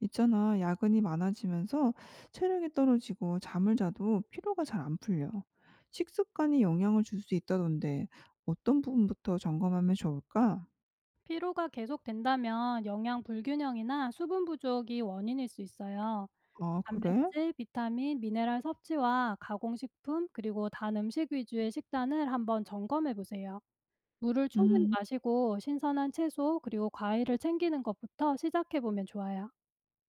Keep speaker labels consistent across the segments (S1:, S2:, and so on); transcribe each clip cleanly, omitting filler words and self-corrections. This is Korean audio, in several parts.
S1: 있잖아, 야근이 많아지면서 체력이 떨어지고 잠을 자도 피로가 잘 안 풀려. 식습관이 영향을 줄 수 있다던데 어떤 부분부터 점검하면 좋을까?
S2: 피로가 계속된다면 영양 불균형이나 수분 부족이 원인일 수 있어요.
S1: 아, 그래?
S2: 단백질, 비타민, 미네랄 섭취와 가공식품, 그리고 단 음식 위주의 식단을 한번 점검해 보세요. 물을 충분히
S1: 음,
S2: 마시고 신선한 채소, 그리고 과일을 챙기는 것부터 시작해 보면 좋아요.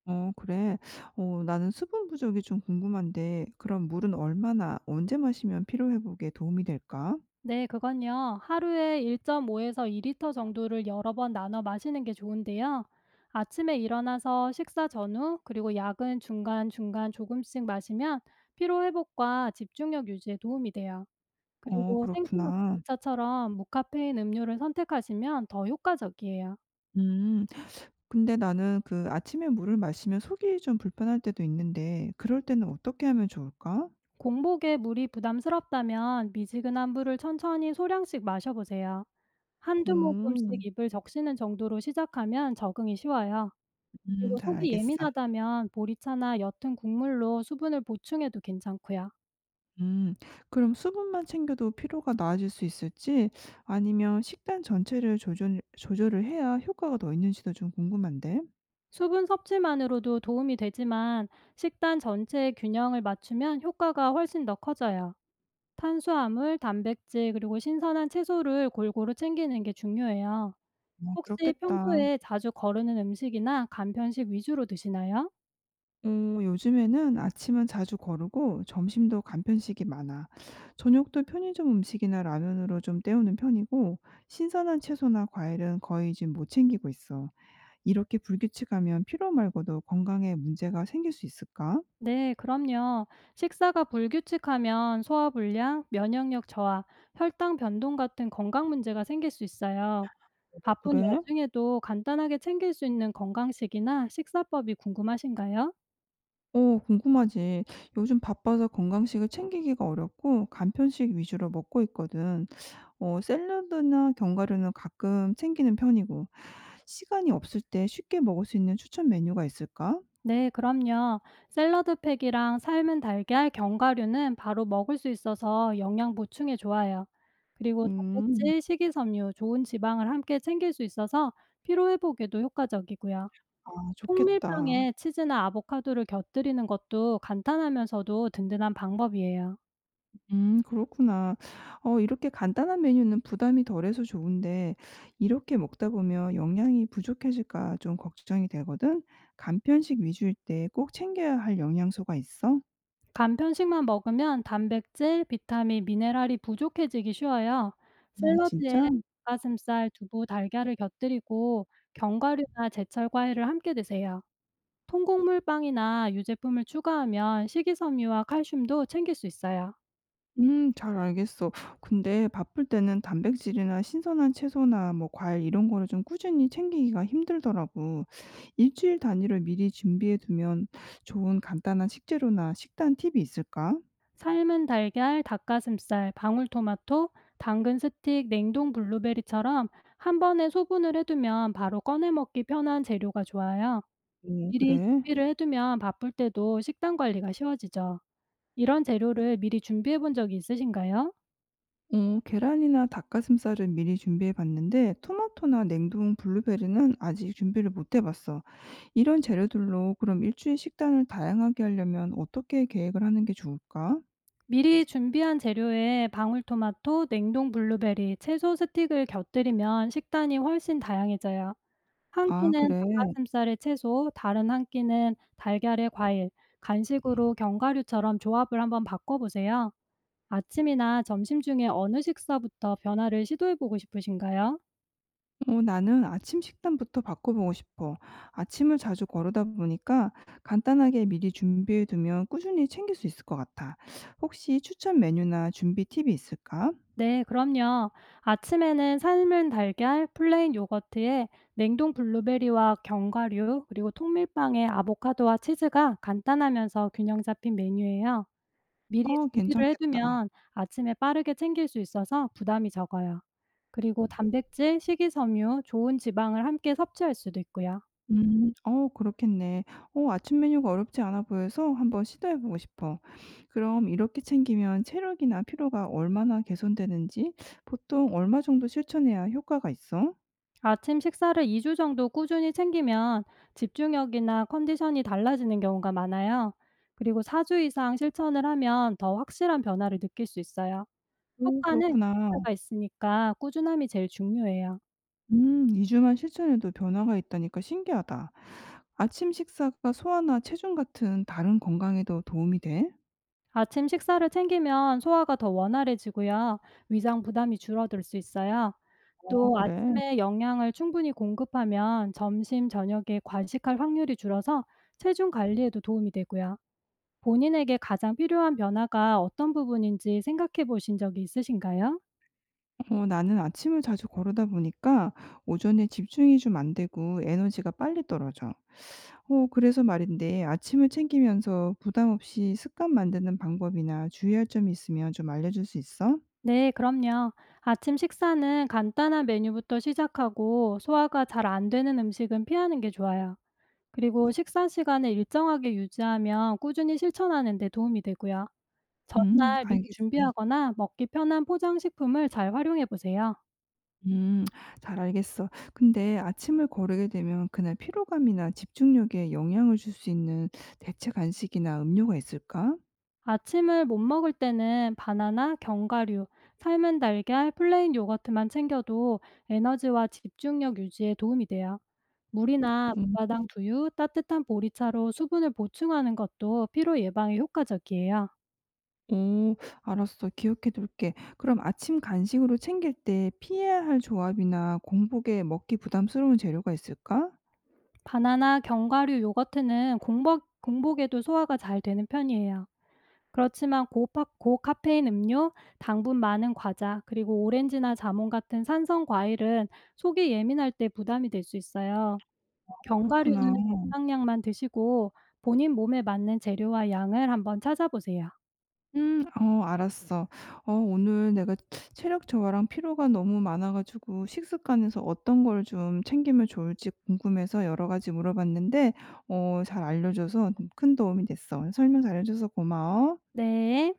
S1: 그래. 나는 수분 부족이 좀 궁금한데 그럼 물은 얼마나 언제 마시면 피로 회복에 도움이 될까?
S2: 네, 그건요. 하루에 1.5에서 2리터 정도를 여러 번 나눠 마시는 게 좋은데요. 아침에 일어나서 식사 전후, 그리고 약은 중간중간 조금씩 마시면 피로회복과 집중력 유지에 도움이 돼요.
S1: 어,
S2: 그리고 생수나
S1: 그렇구나.
S2: 공기차처럼 무카페인 음료를 선택하시면 더 효과적이에요.
S1: 음, 근데 나는 그 아침에 물을 마시면 속이 좀 불편할 때도 있는데 그럴 때는 어떻게 하면 좋을까?
S2: 공복에 물이 부담스럽다면 미지근한 물을 천천히 소량씩 마셔보세요. 한두 모금씩
S1: 음.
S2: 입을 적시는 정도로 시작하면 적응이 쉬워요. 그리고
S1: 잘
S2: 속이
S1: 알겠어.
S2: 예민하다면 보리차나 옅은 국물로 수분을 보충해도 괜찮고요.
S1: 음 그럼 수분만 챙겨도 피로가 나아질 수 있을지 아니면 식단 전체를 조절을 해야 효과가 더 있는지도 좀 궁금한데.
S2: 수분 섭취만으로도 도움이 되지만 식단 전체의 균형을 맞추면 효과가 훨씬 더 커져요. 탄수화물, 단백질, 그리고 신선한 채소를 골고루 챙기는 게 중요해요.
S1: 어
S2: 혹시
S1: 그렇겠다.
S2: 평소에 자주 거르는 음식이나 간편식 위주로 드시나요?
S1: 어 요즘에는 아침은 자주 거르고 점심도 간편식이 많아. 저녁도 편의점 음식이나 라면으로 좀 때우는 편이고 신선한 채소나 과일은 거의 지금 못 챙기고 있어. 이렇게 불규칙하면 피로 말고도 건강에 문제가 생길 수 있을까?
S2: 네, 그럼요. 식사가 불규칙하면 소화불량, 면역력 저하, 혈당 변동 같은 건강 문제가 생길 수 있어요.
S1: 어
S2: 바쁜
S1: 그래?
S2: 와중에도 간단하게 챙길 수 있는 건강식이나 식사법이 궁금하신가요?
S1: 어 궁금하지. 요즘 바빠서 건강식을 챙기기가 어렵고 간편식 위주로 먹고 있거든. 어 샐러드나 견과류는 가끔 챙기는 편이고. 시간이 없을 때 쉽게 먹을 수 있는 추천 메뉴가 있을까?
S2: 네, 그럼요. 샐러드팩이랑 삶은 달걀, 견과류는 바로 먹을 수 있어서 영양 보충에 좋아요. 그리고
S1: 음.
S2: 단백질, 식이섬유, 좋은 지방을 함께 챙길 수 있어서 피로 회복에도 효과적이고요.
S1: 아 좋겠다.
S2: 통밀빵에 치즈나 아보카도를 곁들이는 것도 간단하면서도 든든한 방법이에요.
S1: 그렇구나. 어 이렇게 간단한 메뉴는 부담이 덜해서 좋은데 이렇게 먹다 보면 영양이 부족해질까 좀 걱정이 되거든. 간편식 위주일 때 꼭 챙겨야 할 영양소가 있어?
S2: 간 편식만 먹으면 단백질, 비타민, 미네랄이 부족해지기 쉬워요. 샐러드에
S1: 진짜?
S2: 닭가슴살, 두부, 달걀을 곁들이고 견과류나 제철 과일을 함께 드세요. 통곡물 빵이나 유제품을 추가하면 식이섬유와 칼슘도 챙길 수 있어요.
S1: 잘 알겠어. 근데 바쁠 때는 단백질이나 신선한 채소나 뭐 과일 이런 거를 좀 꾸준히 챙기기가 힘들더라고. 일주일 단위로 미리 준비해 두면 좋은 간단한 식재료나 식단 팁이 있을까?
S2: 삶은 달걀, 닭가슴살, 방울토마토, 당근 스틱, 냉동 블루베리처럼 한 번에 소분을 해두면 바로 꺼내 먹기 편한 재료가 좋아요.
S1: 오
S2: 미리
S1: 그래?
S2: 준비를 해 두면 바쁠 때도 식단 관리가 쉬워지죠. 이런 재료를 미리 준비해 본 적이 있으신가요?
S1: 어 계란이나 닭가슴살은 미리 준비해 봤는데 토마토나 냉동 블루베리는 아직 준비를 못 해 봤어. 이런 재료들로 그럼 일주일 식단을 다양하게 하려면 어떻게 계획을 하는 게 좋을까?
S2: 미리 준비한 재료에 방울토마토, 냉동 블루베리, 채소 스틱을 곁들이면 식단이 훨씬 다양해져요. 한
S1: 아
S2: 끼는
S1: 그래.
S2: 닭가슴살에 채소, 다른 한 끼는 달걀에 과일, 간식으로 견과류처럼 조합을 한번 바꿔 보세요. 아침이나 점심 중에 어느 식사부터 변화를 시도해 보고 싶으신가요?
S1: 어, 나는 아침 식단부터 바꿔보고 싶어. 아침을 자주 거르다 보니까 간단하게 미리 준비해두면 꾸준히 챙길 수 있을 것 같아. 혹시 추천 메뉴나 준비 팁이 있을까?
S2: 네, 그럼요. 아침에는 삶은 달걀, 플레인 요거트에 냉동 블루베리와 견과류, 그리고 통밀빵에 아보카도와 치즈가 간단하면서 균형 잡힌 메뉴예요. 미리
S1: 어,
S2: 준비를
S1: 괜찮겠다.
S2: 해두면 아침에 빠르게 챙길 수 있어서 부담이 적어요. 그리고 단백질, 식이섬유, 좋은 지방을 함께 섭취할 수도 있고요.
S1: 그렇겠네. 아침 메뉴가 어렵지 않아 보여서 한번 시도해보고 싶어. 그럼 이렇게 챙기면 체력이나 피로가 얼마나 개선되는지 보통 얼마 정도 실천해야 효과가 있어?
S2: 아침 식사를 2주 정도 꾸준히 챙기면 집중력이나 컨디션이 달라지는 경우가 많아요. 그리고 4주 이상 실천을 하면 더 확실한 변화를 느낄 수 있어요.
S1: 오,
S2: 효과는
S1: 그렇구나.
S2: 기차가 있으니까 꾸준함이 제일 중요해요.
S1: 2주 주만 실천해도 변화가 있다니까 신기하다. 아침 식사가 소화나 체중 같은 다른 건강에도 도움이 돼?
S2: 아침 식사를 챙기면 소화가 더 원활해지고요. 위장 부담이 줄어들 수 있어요.
S1: 어
S2: 또
S1: 그래?
S2: 아침에 영양을 충분히 공급하면 점심, 저녁에 과식할 확률이 줄어서 체중 관리에도 도움이 되고요. 본인에게 가장 필요한 변화가 어떤 부분인지 생각해 보신 적이 있으신가요?
S1: 어 나는 아침을 자주 거르다 보니까 오전에 집중이 좀 안 되고 에너지가 빨리 떨어져. 어 그래서 말인데 아침을 챙기면서 부담 없이 습관 만드는 방법이나 주의할 점이 있으면 좀 알려줄 수 있어?
S2: 네, 그럼요. 아침 식사는 간단한 메뉴부터 시작하고 소화가 잘 안 되는 음식은 피하는 게 좋아요. 그리고 식사 시간을 일정하게 유지하면 꾸준히 실천하는 데 도움이 되고요. 전날 미리
S1: 알겠어.
S2: 준비하거나 먹기 편한 포장식품을 잘 활용해 보세요.
S1: 음. 잘 알겠어. 근데 아침을 거르게 되면 그날 피로감이나 집중력에 영향을 줄 수 있는 대체 간식이나 음료가 있을까?
S2: 아침을 못 먹을 때는 바나나, 견과류, 삶은 달걀, 플레인 요거트만 챙겨도 에너지와 집중력 유지에 도움이 돼요. 물이나
S1: 음.
S2: 무가당 두유, 따뜻한 보리차로 수분을 보충하는 것도 피로 예방에 효과적이에요.
S1: 오, 알았어. 기억해 둘게. 그럼 아침 간식으로 챙길 때 피해야 할 조합이나 공복에 먹기 부담스러운 재료가 있을까?
S2: 바나나, 견과류, 요거트는 공복, 공복에도 소화가 잘 되는 편이에요. 그렇지만 고카페인 음료, 당분 많은 과자, 그리고 오렌지나 자몽 같은 산성 과일은 속이 예민할 때 부담이 될 수 있어요.
S1: 아, 그렇구나.
S2: 견과류는 적당량만 드시고 본인 몸에 맞는 재료와 양을 한번 찾아보세요.
S1: 음. 어 알았어. 어 오늘 내가 체력 저하랑 피로가 너무 많아 가지고 식습관에서 어떤 걸 좀 챙기면 좋을지 궁금해서 여러 가지 물어봤는데 어 잘 알려 줘서 큰 도움이 됐어. 설명 잘해 줘서 고마워.
S2: 네.